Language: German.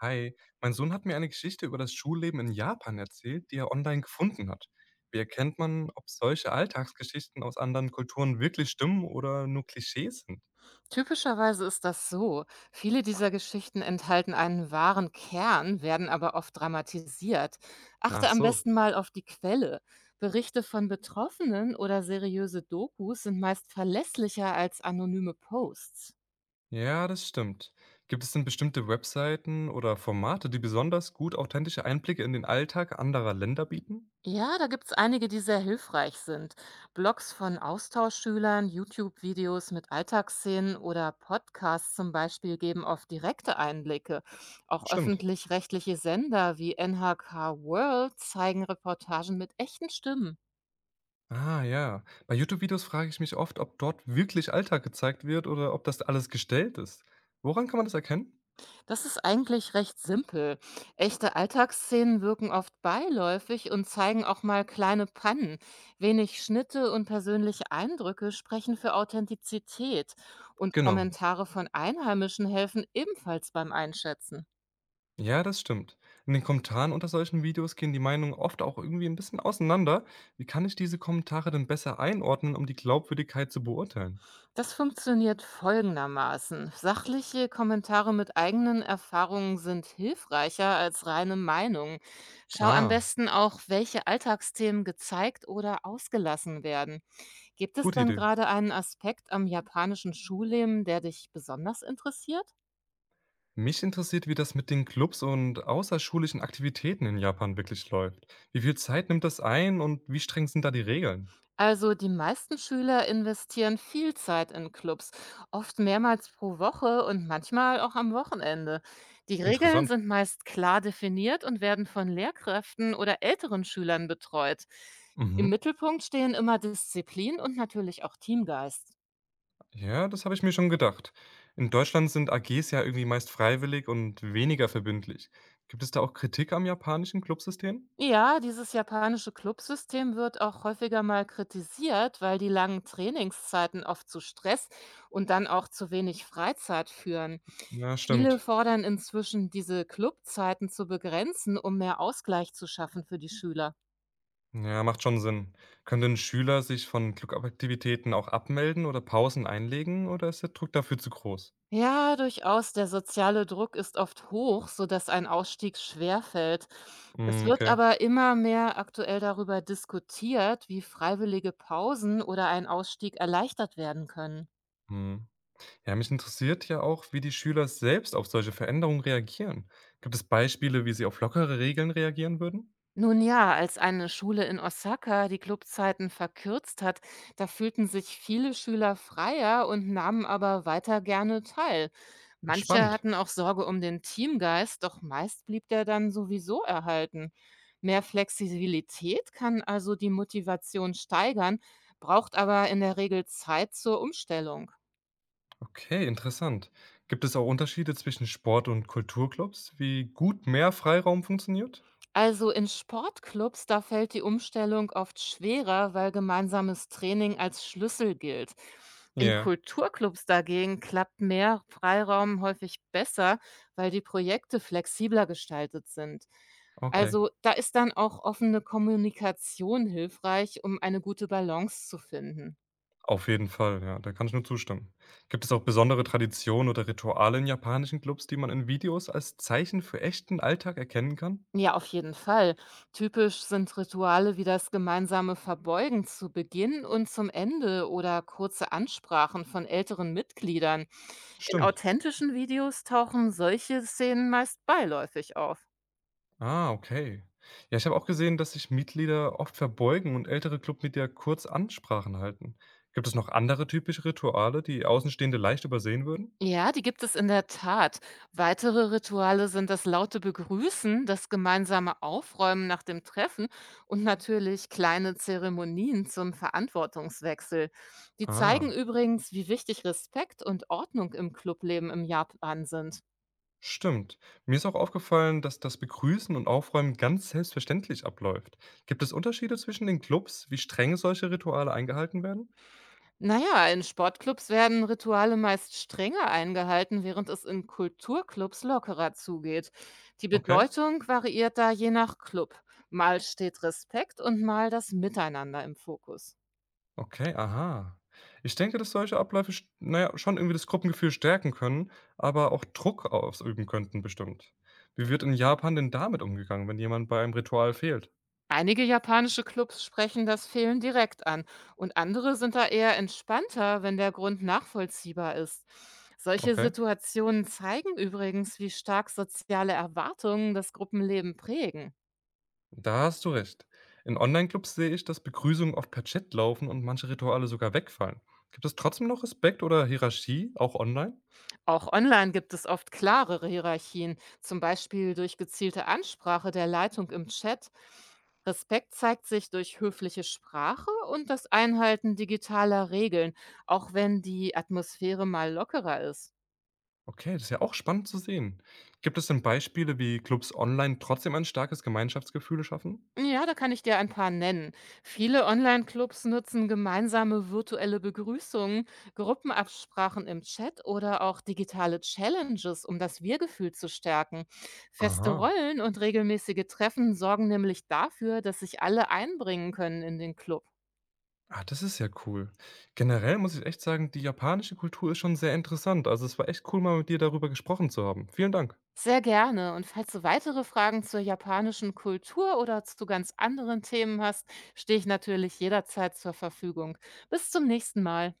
Hi, mein Sohn hat mir eine Geschichte über das Schulleben in Japan erzählt, die er online gefunden hat. Wie erkennt man, ob solche Alltagsgeschichten aus anderen Kulturen wirklich stimmen oder nur Klischees sind? Typischerweise ist das so. Viele dieser Geschichten enthalten einen wahren Kern, werden aber oft dramatisiert. Ach Achte am so. besten mal auf die Quelle. Berichte von Betroffenen oder seriöse Dokus sind meist verlässlicher als anonyme Posts. Ja, das stimmt. Gibt es denn bestimmte Webseiten oder Formate, die besonders gut authentische Einblicke in den Alltag anderer Länder bieten? Ja, da gibt's einige, die sehr hilfreich sind. Blogs von Austauschschülern, YouTube-Videos mit Alltagsszenen oder Podcasts zum Beispiel geben oft direkte Einblicke. Auch Stimmt. öffentlich-rechtliche Sender wie NHK World zeigen Reportagen mit echten Stimmen. Ah ja, bei YouTube-Videos frage ich mich oft, ob dort wirklich Alltag gezeigt wird oder ob das alles gestellt ist. Woran kann man das erkennen? Das ist eigentlich recht simpel. Echte Alltagsszenen wirken oft beiläufig und zeigen auch mal kleine Pannen. Wenig Schnitte und persönliche Eindrücke sprechen für Authentizität und Genau. Kommentare von Einheimischen helfen ebenfalls beim Einschätzen. Ja, das stimmt. In den Kommentaren unter solchen Videos gehen die Meinungen oft auch irgendwie ein bisschen auseinander. Wie kann ich diese Kommentare denn besser einordnen, um die Glaubwürdigkeit zu beurteilen? Das funktioniert folgendermaßen. Sachliche Kommentare mit eigenen Erfahrungen sind hilfreicher als reine Meinungen. Schau am Ah, besten auch, welche Alltagsthemen gezeigt oder ausgelassen werden. Gibt es gute denn Idee. gerade einen Aspekt am japanischen Schulleben, der dich besonders interessiert? Mich interessiert, wie das mit den Clubs und außerschulischen Aktivitäten in Japan wirklich läuft. Wie viel Zeit nimmt das ein und wie streng sind da die Regeln? Also die meisten Schüler investieren viel Zeit in Clubs, oft mehrmals pro Woche und manchmal auch am Wochenende. Die Regeln Interessant. sind meist klar definiert und werden von Lehrkräften oder älteren Schülern betreut. Im Mhm. Mittelpunkt stehen immer Disziplin und natürlich auch Teamgeist. Ja, das habe ich mir schon gedacht. In Deutschland sind AGs ja irgendwie meist freiwillig und weniger verbindlich. Gibt es da auch Kritik am japanischen Clubsystem? Ja, dieses japanische Clubsystem wird auch häufiger mal kritisiert, weil die langen Trainingszeiten oft zu Stress und dann auch zu wenig Freizeit führen. Ja, Viele stimmt. fordern inzwischen, diese Clubzeiten zu begrenzen, um mehr Ausgleich zu schaffen für die Schüler. Ja, macht schon Sinn. Können Schüler sich von Clubaktivitäten auch abmelden oder Pausen einlegen oder ist der Druck dafür zu groß? Ja, durchaus, der soziale Druck ist oft hoch, sodass ein Ausstieg schwerfällt. Es Hm, wird okay. aber immer mehr aktuell darüber diskutiert, wie freiwillige Pausen oder ein Ausstieg erleichtert werden können. Hm. Ja, mich interessiert ja auch, wie die Schüler selbst auf solche Veränderungen reagieren. Gibt es Beispiele, wie sie auf lockere Regeln reagieren würden? Nun ja, als eine Schule in Osaka die Clubzeiten verkürzt hat, da fühlten sich viele Schüler freier und nahmen aber weiter gerne teil. Ach, Manche spannend. hatten auch Sorge um den Teamgeist, doch meist blieb der dann sowieso erhalten. Mehr Flexibilität kann also die Motivation steigern, braucht aber in der Regel Zeit zur Umstellung. Okay, interessant. Gibt es auch Unterschiede zwischen Sport- und Kulturclubs, wie gut mehr Freiraum funktioniert? Also in Sportclubs, da fällt die Umstellung oft schwerer, weil gemeinsames Training als Schlüssel gilt. In Ja, Kulturclubs dagegen klappt mehr Freiraum häufig besser, weil die Projekte flexibler gestaltet sind. okay. Also da ist dann auch offene Kommunikation hilfreich, um eine gute Balance zu finden. Auf jeden Fall, ja, da kann ich nur zustimmen. Gibt es auch besondere Traditionen oder Rituale in japanischen Clubs, die man in Videos als Zeichen für echten Alltag erkennen kann? Ja, auf jeden Fall. Typisch sind Rituale wie das gemeinsame Verbeugen zu Beginn und zum Ende oder kurze Ansprachen von älteren Mitgliedern. In Stimmt. authentischen Videos tauchen solche Szenen meist beiläufig auf. Ah, okay. Ja, ich habe auch gesehen, dass sich Mitglieder oft verbeugen und ältere Clubmitglieder kurz Ansprachen halten. Gibt es noch andere typische Rituale, die Außenstehende leicht übersehen würden? Ja, die gibt es in der Tat. Weitere Rituale sind das laute Begrüßen, das gemeinsame Aufräumen nach dem Treffen und natürlich kleine Zeremonien zum Verantwortungswechsel. Die zeigen Ah, übrigens, wie wichtig Respekt und Ordnung im Clubleben im Japan sind. stimmt. Mir ist auch aufgefallen, dass das Begrüßen und Aufräumen ganz selbstverständlich abläuft. Gibt es Unterschiede zwischen den Clubs, wie streng solche Rituale eingehalten werden? Naja, in Sportclubs werden Rituale meist strenger eingehalten, während es in Kulturclubs lockerer zugeht. Die Okay. Bedeutung variiert da je nach Club. Mal steht Respekt und mal das Miteinander im Fokus. Okay, aha. Ich denke, dass solche Abläufe, sch na ja, schon irgendwie das Gruppengefühl stärken können, aber auch Druck ausüben könnten bestimmt. Wie wird in Japan denn damit umgegangen, wenn jemand bei einem Ritual fehlt? Einige japanische Clubs sprechen das Fehlen direkt an und andere sind da eher entspannter, wenn der Grund nachvollziehbar ist. Solche Okay, Situationen zeigen übrigens, wie stark soziale Erwartungen das Gruppenleben prägen. da hast du recht. In Online-Clubs sehe ich, dass Begrüßungen oft per Chat laufen und manche Rituale sogar wegfallen. Gibt es trotzdem noch Respekt oder Hierarchie, auch online? Auch online gibt es oft klarere Hierarchien, zum Beispiel durch gezielte Ansprache der Leitung im Chat. Respekt zeigt sich durch höfliche Sprache und das Einhalten digitaler Regeln, auch wenn die Atmosphäre mal lockerer ist. Okay, das ist ja auch spannend zu sehen. Gibt es denn Beispiele, wie Clubs online trotzdem ein starkes Gemeinschaftsgefühl schaffen? Ja, da kann ich dir ein paar nennen. Viele Online-Clubs nutzen gemeinsame virtuelle Begrüßungen, Gruppenabsprachen im Chat oder auch digitale Challenges, um das Wir-Gefühl zu stärken. Feste Aha. Rollen und regelmäßige Treffen sorgen nämlich dafür, dass sich alle einbringen können in den Club. Ah, das ist ja cool. Generell muss ich echt sagen, die japanische Kultur ist schon sehr interessant. Also, es war echt cool, mal mit dir darüber gesprochen zu haben. Vielen Dank. Sehr gerne. Und falls du weitere Fragen zur japanischen Kultur oder zu ganz anderen Themen hast, stehe ich natürlich jederzeit zur Verfügung. Bis zum nächsten Mal.